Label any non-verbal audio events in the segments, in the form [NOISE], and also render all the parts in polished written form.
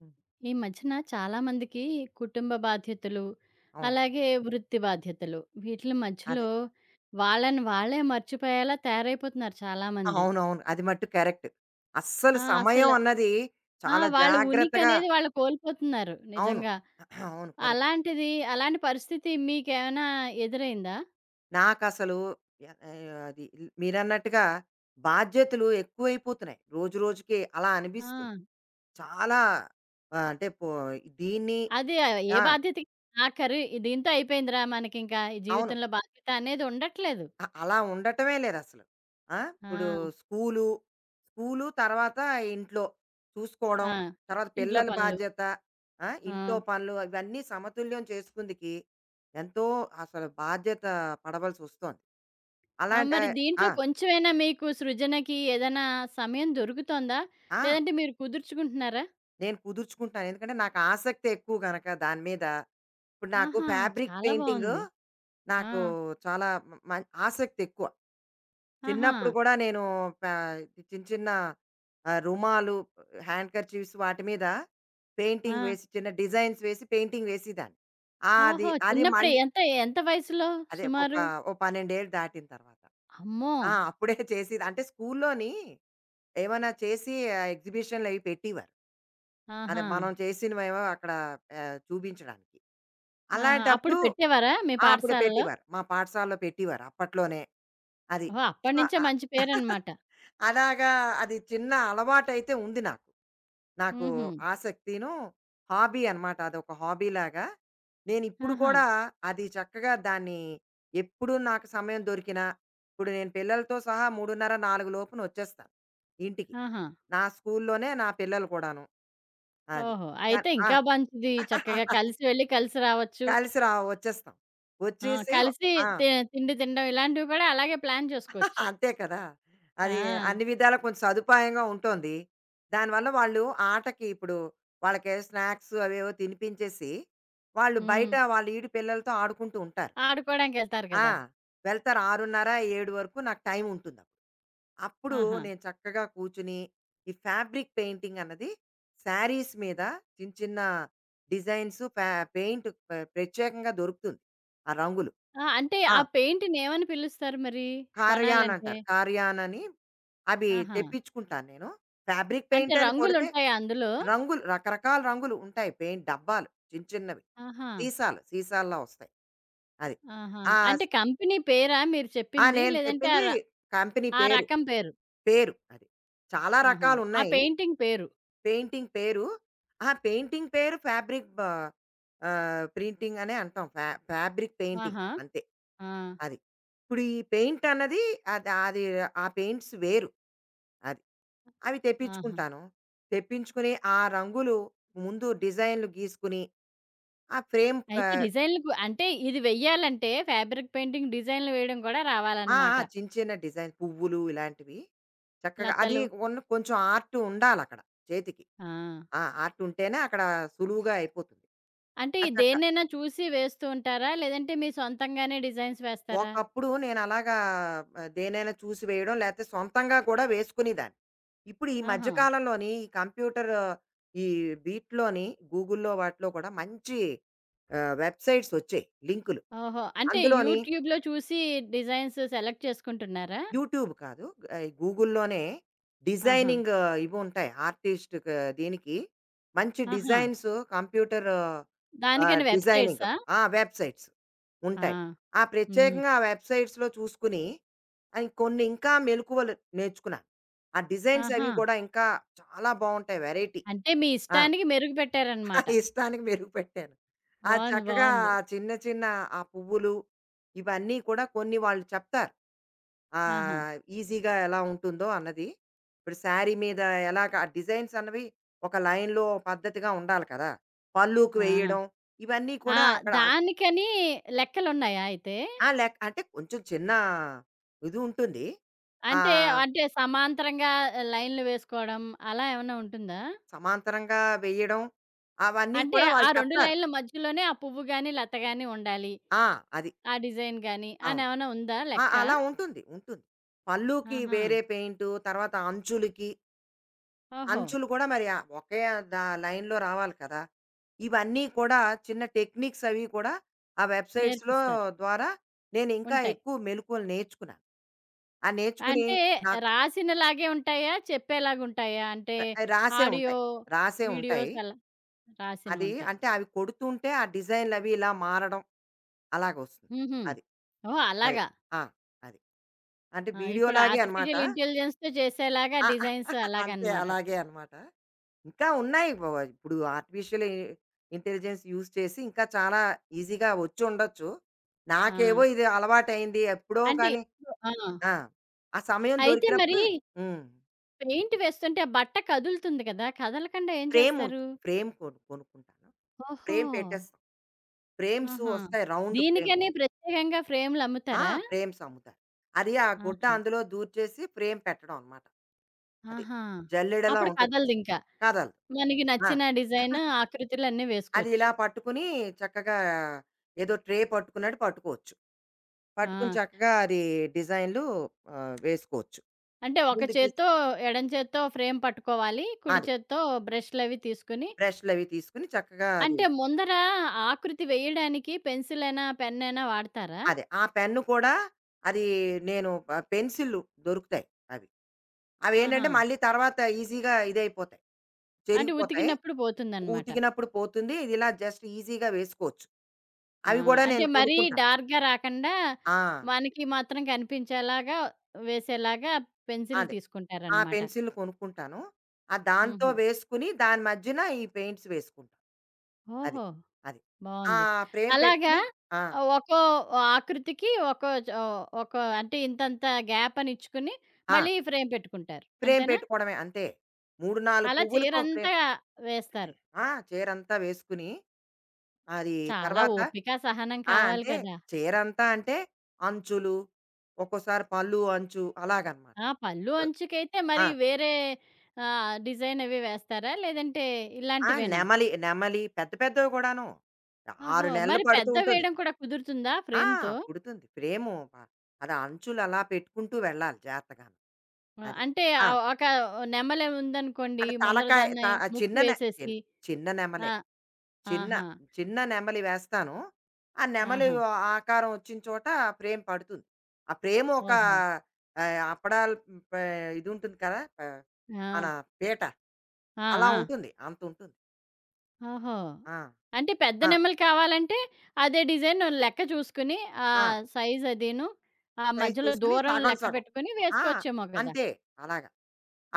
హ్మ్. ఈ మధ్యన చాలామందికి కుటుంబ బాధ్యతలు, అవును. అలాగే వృత్తి బాధ్యతలు వీటిల అదే. మధ్యలో వాళ్ళని వాళ్ళే మర్చిపోయేలా తయారైపోతున్నారు చాలామంది. అవునవును. అది మట్టుకు కరెక్ట్. అస్సలు ఆ! సమయం అసల అన్నది ఆ! చాలా వాళ్ళ జాగ్రత్తగా ఉనికనేది వాళ్ళు కోల్పోతున్నారు అవును. నిజంగా. [CLEARS THROAT] అవును. కరెక్ట్. అలాంటిది అలాంటి పరిస్థితి మీకేమైనా ఎదురైందా? నాకసలు అది మీరన్నట్టుగా బాధ్యతలు ఎక్కువైపోతున్నాయి. రోజు రోజుకి అలా అనిపిస్తుంది. ఆ! చాలా అంటే దీన్ని అదే ఏ ఆ! బాధ్యతకి ఆఖరి దీంతో అయిపోయిందిరా మనకింకా ఈ అవును. జీవితంలో బాధ్యత అనేది ఉండట్లేదు. అలా ఉండటమే లేదు అసలు. ఆ, ఇప్పుడు ఆ! స్కూలు స్కూలు తర్వాత ఇంట్లో చూసుకోవడం, ఆ! తర్వాత ఇంట్లో పిల్లల పనులు. బాధ్యత, ఆ, ఆ! ఇంట్లో పనులు ఇవన్నీ సమతుల్యం చేసుకుందికి ఎంతో అసలు బాధ్యత పడవలసి వస్తుంది ఆ! అలాంటి. మరి ఆ, దీంట్లో కొంచెమైనా మీకు సృజనకి ఏదైనా సమయం దొరుకుతోందా? ఆ, లేదంటే మీరు కుదుర్చుకుంటున్నారా? నేను కుదుర్చుకుంటాను ఎందుకంటే నాకు ఆసక్తి ఎక్కువ కనుక దాని మీద. ఇప్పుడు నాకు ఆహా! ఫ్యాబ్రిక్ చాలా పెయింటింగ్, బావుంది. ఆ! నాకు చాలా ఆసక్తి ఎక్కువ. ఆహా! చిన్నప్పుడు కూడా నేను ప చిన్న చిన్న రుమాలు, హ్యాండ్ కర్చీఫ్స్ వాటి మీద పెయింటింగ్ ఆ! వేసి చిన్న డిజైన్స్ వేసి పెయింటింగ్ వేసేదాన్ని. ఆ! అది, ఓహో! అది చిన్నప్పుడే మళ్ళీ ఎంత ఎంత వయసులో అదే ఒక సుమారు? ఓ 12 ఏళ్ళు దాటిన తర్వాత. అమ్మో! ఆ! అప్పుడే చేసేది. అంటే స్కూల్లోని ఏమైనా చేసి ఎగ్జిబిషన్‌లవి పెట్టేవారు. అదే ఆహా! మనం చేసినవేవో అక్కడ చూపించడానికి ఆహా! అప్పుడు అలాంటప్పుడు. పెట్టేవారా మీ ఆ! అప్పుడు పాఠశాలలో? పెట్టేవారు. మా పాఠశాలలో పెట్టేవారు అప్పట్లోనే. అది. ఓహో! సో అప్పటినుంచే మంచి పేరనమాట. అలాగా అది చిన్న అలవాటైతే ఉంది నాకు. నాకు హుహు. ఆసక్తిను, హాబీ అనమాట. అదొక హాబీలాగా. నేనిప్పుడు ఆహా! కూడా అది చక్కగా దాన్ని, ఎప్పుడు నాకు సమయం దొరికినా, ఇప్పుడు నేను పిల్లలతో సహా 3:30, 4 లోపున వచ్చేస్తాను ఇంటికి. ఆహా! నా స్కూల్లోనే నా పిల్లలు కూడాను. అది. ఓహో! దా అయితే ఆ! ఇంకా మంచిది. చక్కగా [LAUGHS] కలిసి వెళ్లి కలిసి రావచ్చు. కలిసి వచ్చేస్తాం. ఆ! వచ్చేసి కలిసి ఆ! తి తిండి తినడం ఇలాంటివి కూడా అలాగే ప్లాన్ చేసుకోవచ్చు. అంతే కదా! అది ఆ! అన్ని విధాలా కొంచెం సదుపాయంగా ఉంటోంది. దానివల్ల వాళ్ళు ఆటకి ఇప్పుడు వాళ్ళకి స్నాక్స్ అవేవో తినిపించేసి, వాళ్ళు బయట హ్మ్. వాళ్ళ ఈడు పిల్లలతో ఆడుకుంటూ ఉంటారు. ఆడుకోవడానికెళ్తారు ఆ! కదా! వెళ్తారు 6:30, 7 వరకు నాకు టైం ఉంటుందప్పుడు. అప్పుడు అప్పుడు ఆహా! నేను చక్కగా కూర్చుని, ఈ ఫ్యాబ్రిక్ పెయింటింగ్ అన్నది శారీస్ మీద చిన్న చిన్న డిజైన్స్, పెయింట్, ప్రత్యేకంగా దొరుకుతుంది, ఆ రంగులు. ఆ! అంటే ఆ! ఆ పెయింట్‌ని ఏమని పిలుస్తారు మరి? కార్యాన్ కొనాలంటే? అంటారు. కార్యాన్ అని అవి ఆహా! తెప్పించుకుంటాను నేను. ఫ్యాబ్రిక్ అంటే పెయింట్ అని కొడితే రంగులుంటాయా అందులో? రంగులు, రకరకాల రంగులు ఉంటాయి. పెయింట్ డబ్బాలు చిన్న చిన్నవి. ఆహా! సీసాలు, సీసాల్లా వస్తాయి. అది. ఆహా! ఆ! అంటే స్ కంపెనీ పేరా మీరు ఆ! చెప్పింది? నేను లేదంటే చెప్పింది కంపెనీ ఆ పేరు. రకం పేరు? పేరు అది. చాలా ఆహా! ఆ రకాలున్నాయి. పెయింటింగ్ పేరు. పెయింటింగ్ పేరు. ఆ పెయింటింగ్ పేరు ఫ్యాబ్రిక్ బ ప్రింటింగ్ అనే అంటాం. ఫ్యాబ్రిక్ పెయింటింగ్ ఆహా! అంతే. ఆ! అది. ఇప్పుడు ఈ పెయింట్ అన్నది అది అది ఆ పెయింట్స్ వేరు. అది. అవి ఆహా! తెప్పించుకుంటాను. తెప్పించుకుని, ఆ రంగులు, ముందు డిజైన్‌లు గీసుకుని, ఆ ఫ్రేమ్ క అయితే డిజైన్‌లకు అంటే ఇది వెయ్యాలంటే ఫ్యాబ్రిక్ పెయింటింగ్ డిజైన్‌లు వేయడం కూడా ఆ! ఆ! రావాలన్నమాట. చిన్న చిన్న డిజైన్ పువ్వులు ఇలాంటివి. చక్కగా అది లతలు. ఉన్న కొంచెం ఆర్ట్ ఉండాలక్కడ చేతికి. ఆ! ఆ! ఆర్ట్ ఉంటేనే అక్కడ సులువుగా అయిపోతుంది. అంటే ఆ! ఈ దేన్నైనా చూసి వేస్తూ ఉంటారా? లేదంటే మీ సొంతంగానే డిజైన్స్ వేస్తారా? ఒకప్పుడు నేనలాగా దేన్నైనా చూసి వేయడం, లేతే సొంతంగా కూడా వేసుకునేదాన్ని. ఇప్పుడు ఈ మధ్య ఆహా! కాలంలోని ఈ కంప్యూటర్, ఈ వీటిలోని గూగుల్‌లో వాటిలో కూడా మంచి వెబ్‌సైట్స్ వచ్చాయి, లింకులు. ఓహో! అంటే అందులోని యూట్యూబ్‌లో చూసి డిజైన్స్ సెలెక్ట్ చేసుకుంటున్నారా? యూట్యూబ్ కాదు. గూగుల్‌లోనే ఆహా! డిజైనింగ్ ఆ, ఇవి ఉంటాయి. ఆర్టిస్ట్ క దీనికి మంచి ఆహా! డిజైన్స్, కంప్యూటర్ దానికని డిజైనింగ్ వెబ్‌సైట్సా? ఆ! వెబ్‌సైట్స్ ఆ! ఉంటాయి. ఆ హ్మ్. ప్రత్యేకంగా ఆ వెబ్‌సైట్స్‌లో చూసుకుని అయి కొన్ని ఇంకా మెలుకువలు నేర్చుకున్నాను. ఆ డిజైన్స్ అవి ఆహా! కూడా ఇంకా చాలా బావుంటాయి, వెరైటీ. అంటే మీ ఆ! ఇష్టానికి మెరుగు పెట్టారనమాట. [LAUGHS] ఇష్టానికి మెరుగు పెట్టాను. ఆ బావుంది. చక్కగా బావుంది. ఆ చిన్న చిన్న ఆ పువ్వులు ఇవన్నీ కూడా కొన్ని వాళ్ళు చెప్తారు, ఆహా! ఈజీగా ఎలా ఉంటుందో అన్నది. ఇప్పుడు శారీ మీద ఎలాగ ఆ డిజైన్స్ అన్నవి ఒక లైన్‌లో పద్ధతిగా ఉండాలి కదా! పళ్ళుకి ఆ! వేయడం ఇవన్నీ ఆ! కూడా అక్కడ. దానికని లెక్కలున్నాయా అయితే? ఆ! అంటే కొంచెం చిన్న ఇది ఉంటుంది. అంటే, ఆహ్, అంటే సమాంతరంగా లైన్‌లు వేసుకోవడం అలా ఏమన్నా ఉంటుందా? సమాంతరంగా వేయడం అవన్నీ అంటే కూడా ఆ వాళ్ళు 2 చెప్తారు. లైన్‌ల మధ్యలోనే ఆ పువ్వు గాని, లత గాని ఉండాలి. ఆ! అది. ఆ డిజైన్ గాని అని అవును. ఏమన్నా ఉందా ఆ! లెక్క? అలా ఉంటుంది. ఉంటుంది. పళ్ళుకి ఆహా! వేరే పెయింటు, తర్వాత అంచులకి ఓహో! అంచులు కూడా మరి ఆ ఒకే లైన్‌లో రావాలి కదా! ఇవన్నీ కూడా చిన్న టెక్నిక్స్ అవి కూడా ఆ వెబ్‌సైట్స్‌లో నేర్పిస్తారు. ద్వారా నేను ఇంకా ఉంటాయి. ఎక్కువ మెళకువలు నేర్చుకున్నాను. ఆ నేర్చుకుని అంటే నాకు, రాసినలాగే ఉంటాయా? చెప్పేలాగా ఉంటాయా? అంటే రాసే ఆడియో, ఉంటాయి. రాసే ఉంటాయి. వీడియోస్ అలా రాసినవి అది ఉంటాయి. అంటే అవి కొడుతుంటే ఆ డిజైన్‌లు అవి ఇలా మారడం అలాగొస్తుంది. హుహు. అది. అది. ఓహ్! అదే అలాగా. ఆ! అది. అంటే ఆ! ఇప్పుడు వీడియోలాగే అనమాట. ఆర్టిఫిషియల్ [LAUGHS] ఇంటెలిజెన్స్‌తో చేసేలాగా ఆ! డిజైన్స్ అంతే అలాగనమాట. అలాగే అనమాట. ఇంకా ఉన్నాయి. వ వ ఇప్పుడు ఆర్టిఫిషియల్ ఇంటెలిజెన్స్ యూజ్ చేసి ఇంకా చాలా ఈజీగా వచ్చుండొచ్చు. ఆ! నాకేవో ఇది అలవాటయింది. ఎప్పుడో అంటే కానీ, ఇప్పుడు ఆ! ఆ! ఆ సమయం అయితే మరి దొరికినప్పుడు. హ్మ్. పెయింట్ వేస్తుంటే ఆ బట్ట కదులుతుంది కదా! కదలకుండా ఏం చేస్తారు? ఫ్రేమ్ కొనుక్కుంటాను. ఓహో! ఫ్రేమ్ పెట్టేస్తాం. ఫ్రేమ్స్ ఆహా! వస్తాయి, రౌండ్ ఫ్రేమ్. దీనికని ప్రత్యేకంగా ఆ! ఫ్రేములమ్ముతారా? ఫ్రేమ్స్ అమ్ముతారు. అది ఆ గుడ్డ ఆహా! అందులో దూర్చేసి ఫ్రేమ్ పెట్టడం అనమాట. అది. ఆహా! జల్లెడలా అప్పుడు ఉంటుంది. కదలదింక. కదలదు. మనకి ఆ! నచ్చిన డిజైన్, [LAUGHS] ఆకృతులన్నీ అది వేసుకోవచ్చు. ఇలా పట్టుకుని చక్కగా ఏదో ట్రే పట్టుకున్నట్టు పట్టుకోవచ్చు. ఆ! పట్టుకుని చక్కగా అది డిజైన్‌లు వేసుకోవచ్చు. అంటే ఒక ముందు గీసి చేత్తో ఎడం చేత్తో ఫ్రేమ్ పట్టుకోవాలి. కుడి అది చేత్తో బ్రష్‌లవి తీసుకొని బ్రష్‌లవి తీసుకొని చక్కగా అది. అంటే ముందర ఆకృతి వేయడానికి పెన్సిలైనా, పెన్నైనా వాడతారా? అదే. ఆ పెన్ను కూడా అది నేను పెన్సిల్లు దొరుకుతాయి అవి. ఆహా! అవేంటంటే మళ్ళీ తర్వాత ఈజీగా ఇదైపోతాయి, అంటే చెరిగిపోతాయి. ఉతికినప్పుడు పోతుందనమాట. ఉతికినప్పుడు పోతుంది. ఇది ఇలా జస్ట్ ఈజీగా వేసుకోవచ్చు. ఆ! అవి గూడా అంటే నేను మరీ కొనుక్కుంటాను. డార్క్‌గా రాకండా, ఆ! మనకి మాత్రం కనిపించేలాగా వేసేలాగా పెన్సిల్ అదే. ఆ తీసుకుంటారనమాట. పెన్సిల్‌లు కొనుక్కుంటాను. ఆ దాంతో హుహు. వేసుకుని దాని మధ్యన ఈ పెయింట్స్ వేసుకుంటాను. అది. ఓహో! అది. ఆ బావుంది. ఫ్రేమ్ అలాగా పెట్టుకుని ఆ! ఒక్కో ఆకృతికి ఒక్కో అంటే ఇంతంత గ్యాప్ అని ఇచ్చుకుని, ఆ! మళ్ళీ ఫ్రేమ్ పెట్టుకుంటారు. ఫ్రేమ్ అంతేనా? పెట్టుకోవడమే అంతే. 3, 4 అలా పువ్వులకో ఫ్రేమ్. చీరంతా వేస్తారు. ఆ! చీరంతా వేసుకుని అది చాలా తర్వాత. ఓపిక, సహనం ఆ! కావాలి అంటే కదా! చీరంతా అంటే అంచులు, ఒక్కోసారి పళ్ళు అంచు అలాగనమాట. ఆ! పళ్ళు అంచుకైతే ఆ! మరి వేరే డిజైన్ అవి వేస్తారా? లేదంటే ఆ! ఇలాంటివేనా? నెమలి, నెమలి పెద్ద పెద్దవి కూడాను. ఓహో! 6 నెలలు మరి పడుతూ పెద్దవి ఉంటుంది. వేయడం కూడా కుదురుతుందా ఆ! ఫ్రేమ్‌తో? పుడుతుంది. ఫ్రేము ప అది అంచులు అలా పెట్టుకుంటూ వెళ్ళాలి జాగ్రత్తగాను. ఆ! అది. అంటే ఆ! ఒక నెమలి ఉందనుకోండి అంటే ముందర తలకాయ త దాన్ని ఆ ముక్కు చిన్న నె చిన్ వేసేసి చిన్న నెమలే. ఆ! చిన్న, ఆహా! చిన్న నెమలి వేస్తాను. ఆ నెమలి ఆహా! ఆకారం వచ్చిన చోట ఫ్రేమ్ పడుతుంది. ఆ ఫ్రేమ్ ఒక ఓహో! అప్పడాలు పే ఇది ఉంటుంది కదా! ఆహ్, ఆ! మన పీట ఆ! అలా ఆ! ఉంటుంది. అంత ఉంటుంది. ఓహో! ఆ! అంటే పెద్ద ఆ! నెమలి కావాలంటే అదే డిజైన్ లెక్క చూసుకుని ఆ! సైజ్ అదీను ఆ సైజ్ మధ్యలో చూసుకొని దూరం సగం లెక్క సగం. పెట్టుకొని ఆ! వేసుకోవచ్చేమో కదా! అంతే అలాగ.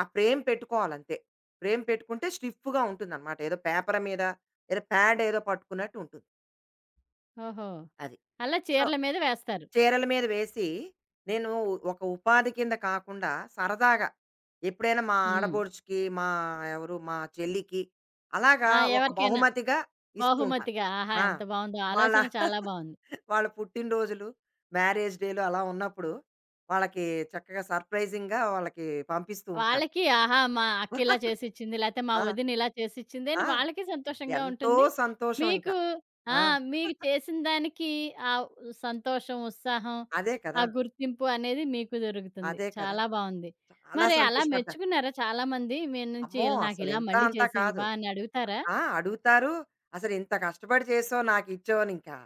ఆ ఫ్రేమ్ పెట్టుకోవాలంతే. ఫ్రేమ్ పెట్టుకుంటే స్టిఫ్‌గా ఉంటుందనమాట. ఏదో పేపర్ మీద, ఏదో ప్యాడ్ ఏదో పట్టుకున్నట్టు ఉంటుంది. ఓహో! అది. అలా సో, చీరల మీద వేస్తారు. చీరల మీద వేసి, నేను ఒక ఉపాధి కింద కాకుండా సరదాగా ఎప్పుడైనా మా హ్మ్. ఆడబోడుచుకి, మా ఎవరు మా చెల్లికి అలాగా ఆ! ఒక ఎవరికైనా బహుమతిగా ఇస్తూ ఉంటాను. బహుమతిగా. ఆహా! ఆ! ఎంత బావుందో వాళ్ళ ఆలోచన చాలా బావుంది. [LAUGHS] వాళ్ళ పుట్టినరోజులు, మ్యారేజ్ డేలు అలా ఉన్నప్పుడు వాళ్ళకి చక్కగా సర్ప్రైజింగ్‌గా వాళ్ళకి పంపిస్తూ ఉంటాను. వాళ్ళకి ఆహా! మా అక్క ఇలా [LAUGHS] చేసిచ్చింది, లేతే మా ఆ! వదిన ఇలా చేసిచ్చింది అని ఆ! వాళ్ళకి సంతోషంగా ఎంతో ఉంటుంది. సంతోషం ఇంకా. మీకు ఆ! ఆ! మీకు చేసిన దానికి ఆ సంతోషం, ఉత్సాహం, అదే ఆ కదా! గుర్తింపు అనేది మీకు దొరుకుతుంది. అదే కదా! చాలా బావుంది. చాలా మరి అలా సంతోషపడతారు. మెచ్చుకున్నారా చాలామంది మీ నుంచి అమ్మో! ఇలా అసలు నాకిలా ఇంత మళ్ళీ అంతా చేసి కాదు. ఇవ్వా అని అడుగుతారా? ఆ! అడుగుతారు. అసలు ఇంత కష్టపడి చేసావు నాకిచ్చావు అని ఇంకా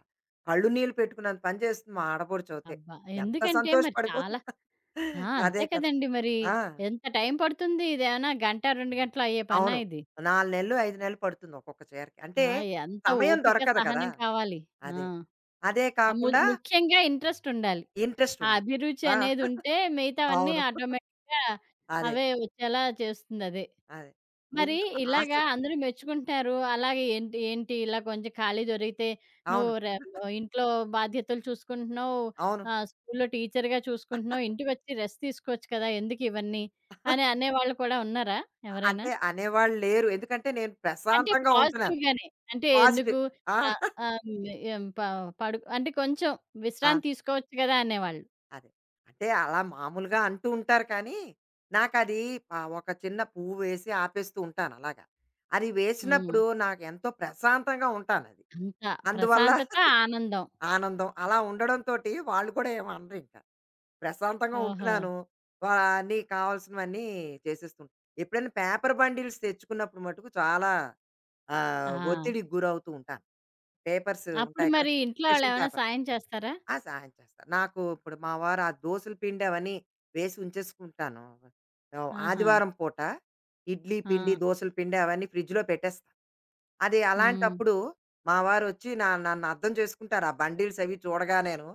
కళ్ళు నీళ్ళు పెట్టుకున్నంత పని చేస్తుంది మా ఆడపడుచవుతే. అబ్బా! ఎంత ఎందుకంటే మరి చాలా సంతోషపడిపోతుందో. ఆ! [LAUGHS] అదే అంతే కదా! కదండీ మరి. ఆ! ఎంత టైం పడుతుంది ఇదేమన్నా గంట, 2 గంటలు అయ్యే పనా అవును. ఇది? 4 నెలలు, 5 నెలలు పడుతుంది ఒక్కొక్క చీరకి. అంటే ఆ! ఎంత సమయం ఓపిక, దొరకదు కదా! సహనం కావాలి. ఆ! అదే. అదే ఆ! ము కాకుండా ముఖ్యంగా ఇంట్రెస్ట్ ఉండాలి. ఇంట్రెస్ట్ ఆ ఉండాలి. అభిరుచి ఆ! అనేది ఉంటే మిగతావన్నీ అవును. ఆటోమేటిక్‌గా అదే. అవే వచ్చేలా చేస్తుందదే. అదే. మరి ముందు ఇలాగా ఆసక్తి. అందరూ మెచ్చుకుంటారు. అలాగే ఏంటి, ఏంటి ఇలా కొంచెం ఖాళీ దొరికితే నువ్వు అవును. రె ఇంట్లో బాధ్యతలు చూసుకుంటున్నావు, అవును. స్కూల్‌లో టీచర్‌గా చూసుకుంటున్నావు, ఇంటికొచ్చి రెస్ట్ తీసుకోవచ్చు కదా! ఎందుకు ఇవన్నీ అని [LAUGHS] అనేవాళ్ళు కూడా ఉన్నారా ఎవరైనా? అంటే అనేవాళ్ళు లేరు. ఎందుకంటే నేను అంటే ప్రశాంతంగా ఉంటున్నాను. పాజిటివ్‌గానే. అంటే పాజిటివ్. ఎందుకు ఆ! ఆహ్, ఆహ్, హ్మ్, ప పడు అంటే కొంచెం ఆ! విశ్రాంతి తీసుకోవచ్చు కదా! అనేవాళ్ళు. అదే. అంటే అలా మామూలుగా అంటూ ఉంటారు కానీ, నాకది ఒక చిన్న పువ్వు వేసి ఆపేస్తూ ఉంటాను అలాగా. అది హ్మ్. వేసినప్పుడు నాకెంతో ప్రశాంతంగా ఉంటానది. అంత అందువల్ల ప్రశాంతత, ఆనందం. ఆనందం. అలా ఉండడంతోటి వాళ్ళు కూడా ఏమి అనరింక. ప్రశాంతంగా ఓహో! ఉంటున్నాను. వా అన్నీ కావాల్సినవన్నీ చేసేస్తుంటా. ఎప్పుడైనా పేపర్ బండిల్స్ తెచ్చుకున్నప్పుడు మటుకు చాలా ఆ! ఒత్తిడికి గురవుతూ ఉంటాను. పేపర్స్ అప్పుడు ఉంటాయి కదా! మరి ఇంట్లో స్పెషల్ వాళ్ళేమైనా పేపర్. సాయం చేస్తారా? ఆ! సహాయం చేస్తారు. నాకు ఇప్పుడు మా వారు ఆ దోసల పిండి అవన్నీ వేసి ఉంచేసుకుంటాను. ఆహా! ఆదివారం పూట ఇడ్లీ ఆ! పిండి, దోసల పిండి అవన్నీ ఫ్రిడ్జ్‌లో పెట్టేస్తాను. అది హ్మ్. అలాంటప్పుడు మా వారొచ్చి నన్ను అర్థం చేసుకుంటారు. ఆ బండిల్స్ అవి చూడగానేను.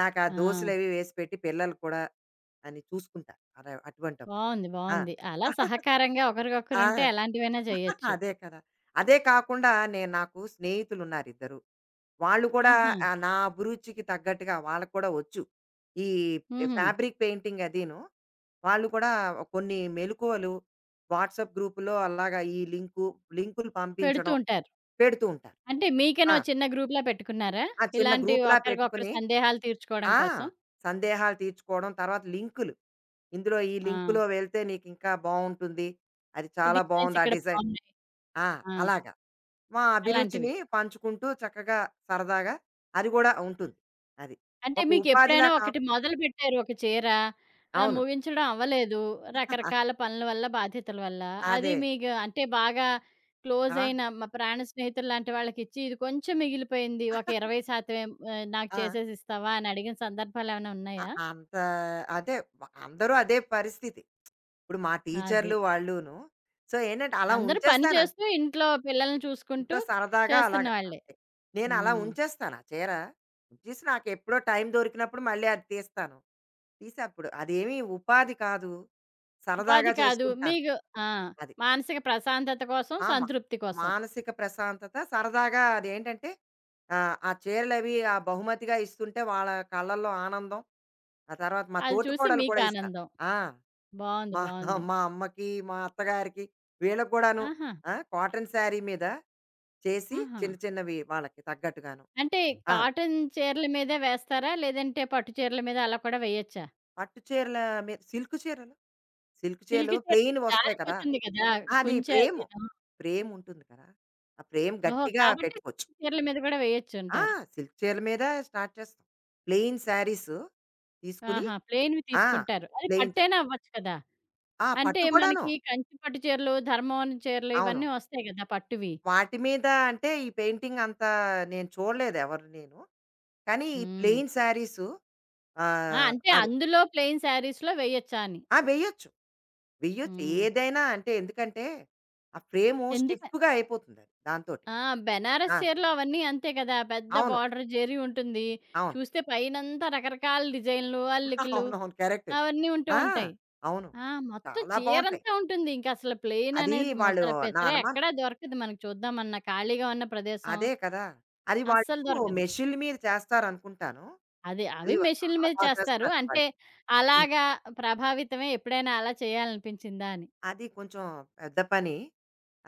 నాకు ఆ ఆ! దోసలవి వేసి పెట్టి పిల్లలు కూడా అని చూసుకుంటారు. అలా అటువంటప్పుడు. బావుంది. ఆ! బావుంది. అలా [LAUGHS] సహకారంగా ఆ! ఒకరికొకరుంటే ఎలాంటివైనా చేయొచ్చు. అదే కదా! అదే కాకుండా నాకు స్నేహితులున్నారు ఇద్దరు. వాళ్ళు కూడా ఆహా! ఆ నా అభిరుచికి తగ్గట్టుగా వాళ్ళకి కూడా వచ్చు, ఈ హుహు. ఫ్యాబ్రిక్ పెయింటింగ్ అదీను. వాళ్ళు కూడా కొన్ని మెలుకువలు వాట్సాప్ గ్రూప్‌లో అలాగా ఈ లింకు, లింకులు పెడుతూ పంపించడం ఉంటారు. పెడుతూ ఉంటారు. అంటే మీకని ఆ! ఓ చిన్న గ్రూప్‌లా పెట్టుకున్నారా? ఆ చిన్న ఇలాంటి గ్రూప్‌లా ఒకరికొకరు పెట్టుకొని సందేహాలు తీర్చుకోవడం ఆ! కోసం. సందేహాలు తీర్చుకోవడం, తర్వాత లింకులు. ఇందులో ఈ ఆ! లింకులో వెళ్తే నీకింకా బావుంటుంది. అది ఈ చాలా డిజైన్స్ బావుంది ఆ ఇక్కడ డిజైన్. బావున్నాయి. ఆ! ఆ! అలాగ. మా అలాంటివి. అభిరుచిని పంచుకుంటూ చక్కగా సరదాగా అది కూడా ఉంటుంది. అది. అంటే ఒక ఉపాధిలా మీకెప్పుడైనా కా ఒకటి మొదలుపెట్టారు ఒక చీర, అవును. ముగించడం అవ్వలేదు. రకరకాల [LAUGHS] పనుల వల్ల, బాధ్యతల వల్ల. అది అదే. మీకు అంటే బాగా ఆ! క్లోజయిన మా ప్రాణ స్నేహితుల్లాంటి వాళ్ళకిచ్చి, ఇది కొంచెం మిగిలిపోయింది. ఒక 20% నాకు ఆ! చేసేసి ఇస్తావా అని అడిగిన సందర్భాలేమైనా ఉన్నాయా? అంత అదే అందరూ అదే పరిస్థితి. ఇప్పుడు మా అది. టీచర్లు వాళ్ళును. సో, ఏంటంటే అలా అందరూ పని ఉంచేస్తాను అంతే. చేస్తూ, ఇంట్లో పిల్లల్ని ఇంట్లో చూసుకుంటూ సరదాగా చేస్తున్న అలాగా వాళ్ళే. అంతే. నేను అలా హ్మ్. ఉంచేస్తాను ఆ చీర. ఉంచేసి నాకెప్పుడో టైం దొరికినప్పుడు మళ్ళీ అది తీస్తాను. తీసి అప్పుడు అదేమి ఉపాధి కాదు. సరదాగా ఉపాధి కాదు. చేసుకుంటాను. మీకు ఆ! అది. మానసిక ప్రశాంతత కోసం, ఆ! సంతృప్తి కోసం. మానసిక ప్రశాంతత సరదాగా అదేంటంటే ఆ చీరలవి ఆ బహుమతిగా ఇస్తుంటే వాళ్ళ కళ్ళల్లో ఆనందం. ఆ తర్వాత మా అది చూసి తోటికోడలు మీకు కూడా ఇస్తారు. ఆనందం. ఆ! బావుంది. మా బావుంది. మా అమ్మకి, మా అత్తగారికి వీళ్ళకి కూడాను. ఆహా! ఆ! కాటన్ శారీ మీద చేసి ఆహా! చిన్న చిన్నవి వాళ్ళకి తగ్గట్టుగాను. అంటే ఆ! కాటన్ చీరల మీదే వేస్తారా? లేదంటే పట్టు చీరల మీద అలా కూడా వేయొచ్చా? పట్టు చీరల మీ సిల్క్ చీరలు, సిల్క్ చీరలు సిల్క్ చీర ప్లెయిన్‌వి వస్తాయి కదా! జారిపోతుంది కదా! అది కుంచె ప్రేము. అదీను. ప్రేముంటుంది కదా! ఆ ప్రేమ ఓహో! గట్టిగా కాబట్టి పెట్టుకోవచ్చు. సిల్క్ చీరల మీద కూడా ఆ! వేయొచ్చంటారు. సిల్క్ చీరల మీద స్టార్ట్ చేస్తాం. ప్లెయిన్ శారీస్ తీసుకుని ఆహా! ప్లెయిన్‌వి ఆ! తీసుకుంటారు. అది ప్లెయిన్ శా పట్టైనా అవ్వచ్చు కదా! ఆ! అంటే పట్టు కూడాను. మనకి కంచి పట్టు చీరలు, ధర్మవరం చీరలు అవును. ఇవన్నీ వస్తాయి కదా! పట్టువి. వాటి మీద అంటే ఈ పెయింటింగ్ అంత నేను చూడలేదు ఎవరు నేను. కానీ ఈ హ్మ్. ప్లెయిన్ శారీస్ ఆ! అంటే అది. అందులో ప్లెయిన్ శారీస్‌లో వేయొచ్చా అని. ఆ! వెయ్యొచ్చు. వెయ్యొచ్చు. హ్మ్. ఏదైనా అంటే ఎందుకంటే ఆ ఫ్రేము ఎందుక స్టిఫ్‌గా అయిపోతుందది దాంతోటి. ఆ! బెనారస్ ఆ! చీరలు అవన్నీ అంతే కదా! పెద్ద అవును. బార్డర్ జెరీ ఉంటుంది. అవును. చూస్తే పైనంతా రకరకాల డిజైన్‌లు, [LAUGHS] అల్లికలు అవునవును. కరెక్ట్. అవన్నీ ఉంటూ ఆ! ఉంటాయి. అవును. ఆ! మొత్తం చాలా బావుంటాయి. చీరంతా ఉంటుంది. ఇంకసలు ప్లెయిన్ అది అనేది వాళ్ళు, ముసల నా పెసరే అనుమానం ఎక్కడా దొరకదు మనకు చూద్దామన్నా ఖాళీగా ఉన్న ప్రదేశం అదే కదా! అది అస్సలు వాళ్ళు దొరకదు. మెషిన్‌ల మీద చేస్తారనుకుంటాను. అది అవి అది వాళ్ళు మెషిన్‌ల చాలా మీద చేస్తారు. చేస్తారు అంటే వాళ్ళు. హ్మ్. అలాగా ప్రభావితమై ఎప్పుడైనా అలా చేయాలనిపించిందా అని. అది కొంచెం పెద్ద పని.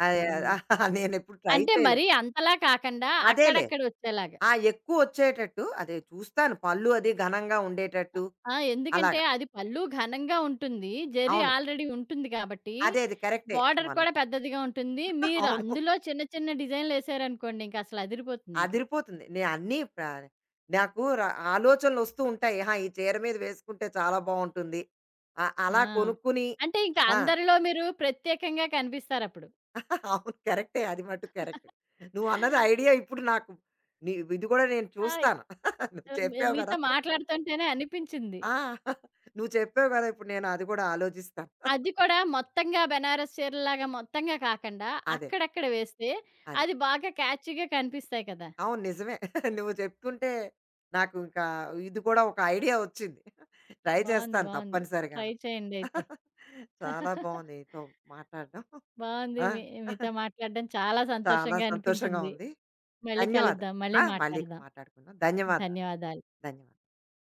అది హ్మ్. నేనెప్పుడు [LAUGHS] ట్రై అంటే చేయలేదు. మరీ అంతలా కాకండా అదేలే. అక్కడక్కడ వచ్చేలాగా. ఆ! ఎక్కువొచ్చేటట్టు అదే చూస్తాను. పళ్ళు అది ఘనంగా ఉండేటట్టు ఆ! ఎందుకంటే అలాగా. అది పళ్ళు ఘనంగా ఉంటుంది. జరీ అవును. ఆల్రెడీ ఉంటుంది కాబట్టి, అదే అది కరెక్టే. బోర్డర్ కూడా మనకి. పెద్దదిగా ఉంటుంది. [LAUGHS] మీరు అవును. అందులో చిన్న చిన్న డిజైన్‌లేసారనుకోండి ఇంక అసలు అదిరిపోతుందింక. అదిరిపోతుంది. నే అన్నీ ప్ర నాకు ర ఆలోచనలొస్తూ ఉంటాయి. ఆహా! ఈ చీర మీద వేసుకుంటే చాలా బావుంటుంది. ఆ! అలా కొనుక్కుని అంటే ఇంక ఆ! అందరిలో మీరు ప్రత్యేకంగా కనిపిస్తారప్పుడు. అవును. కరెక్టే. అది మటుకు కరెక్ట్. నువ్వన్నది ఐడియా ఇప్పుడు నాకు, నీ ఇది కూడా నేను ఆయ్ చూస్తాను. [LAUGHS] నువ్వు ఆహ్, మీ చెప్పావు కదా! మీతో మాట్లాడుతుంటేనే అనిపించింది. ఆ! నువ్వు చెప్పావు కదా! ఇప్పుడు నేను అది కూడా ఆలోచిస్తాను. అది కూడా మొత్తంగా బెనారస్ చీరలాగా మొత్తంగా కాకుండా, అదే. అక్కడక్కడ వేస్తే అది. అది బాగా క్యాచీగా కనిపిస్తాయి కదా! అవును. నిజమే. [LAUGHS] నువ్వు చెప్తుంటే నాకు ఇంకా ఇది కూడా ఒక ఐడియా వచ్చింది. [LAUGHS] ట్రై బావుంది. చేస్తాను బావుంది. ట్రై తప్పనిసరిగాను. చేయండయితే. [LAUGHS] చాలా [LAUGHS] బావుంది నీతో మాట్లాడడం. బావుంది. ఆ! మీతో [LAUGHS] మాట్లాడడం చాలా చాలా సంతోషంగా సంతోషంగా అనిపించింది. ఉంది. మళ్ళీ ధన్యవాదాలు. కలుద్దాం. మళ్ళీ ఆ! మళ్ళీ మాట్లాడదాం. మాట్లాడుకుందాం. ధన్యవాదాలు. ధన్యవాదాలు. ధన్యవాదాలు.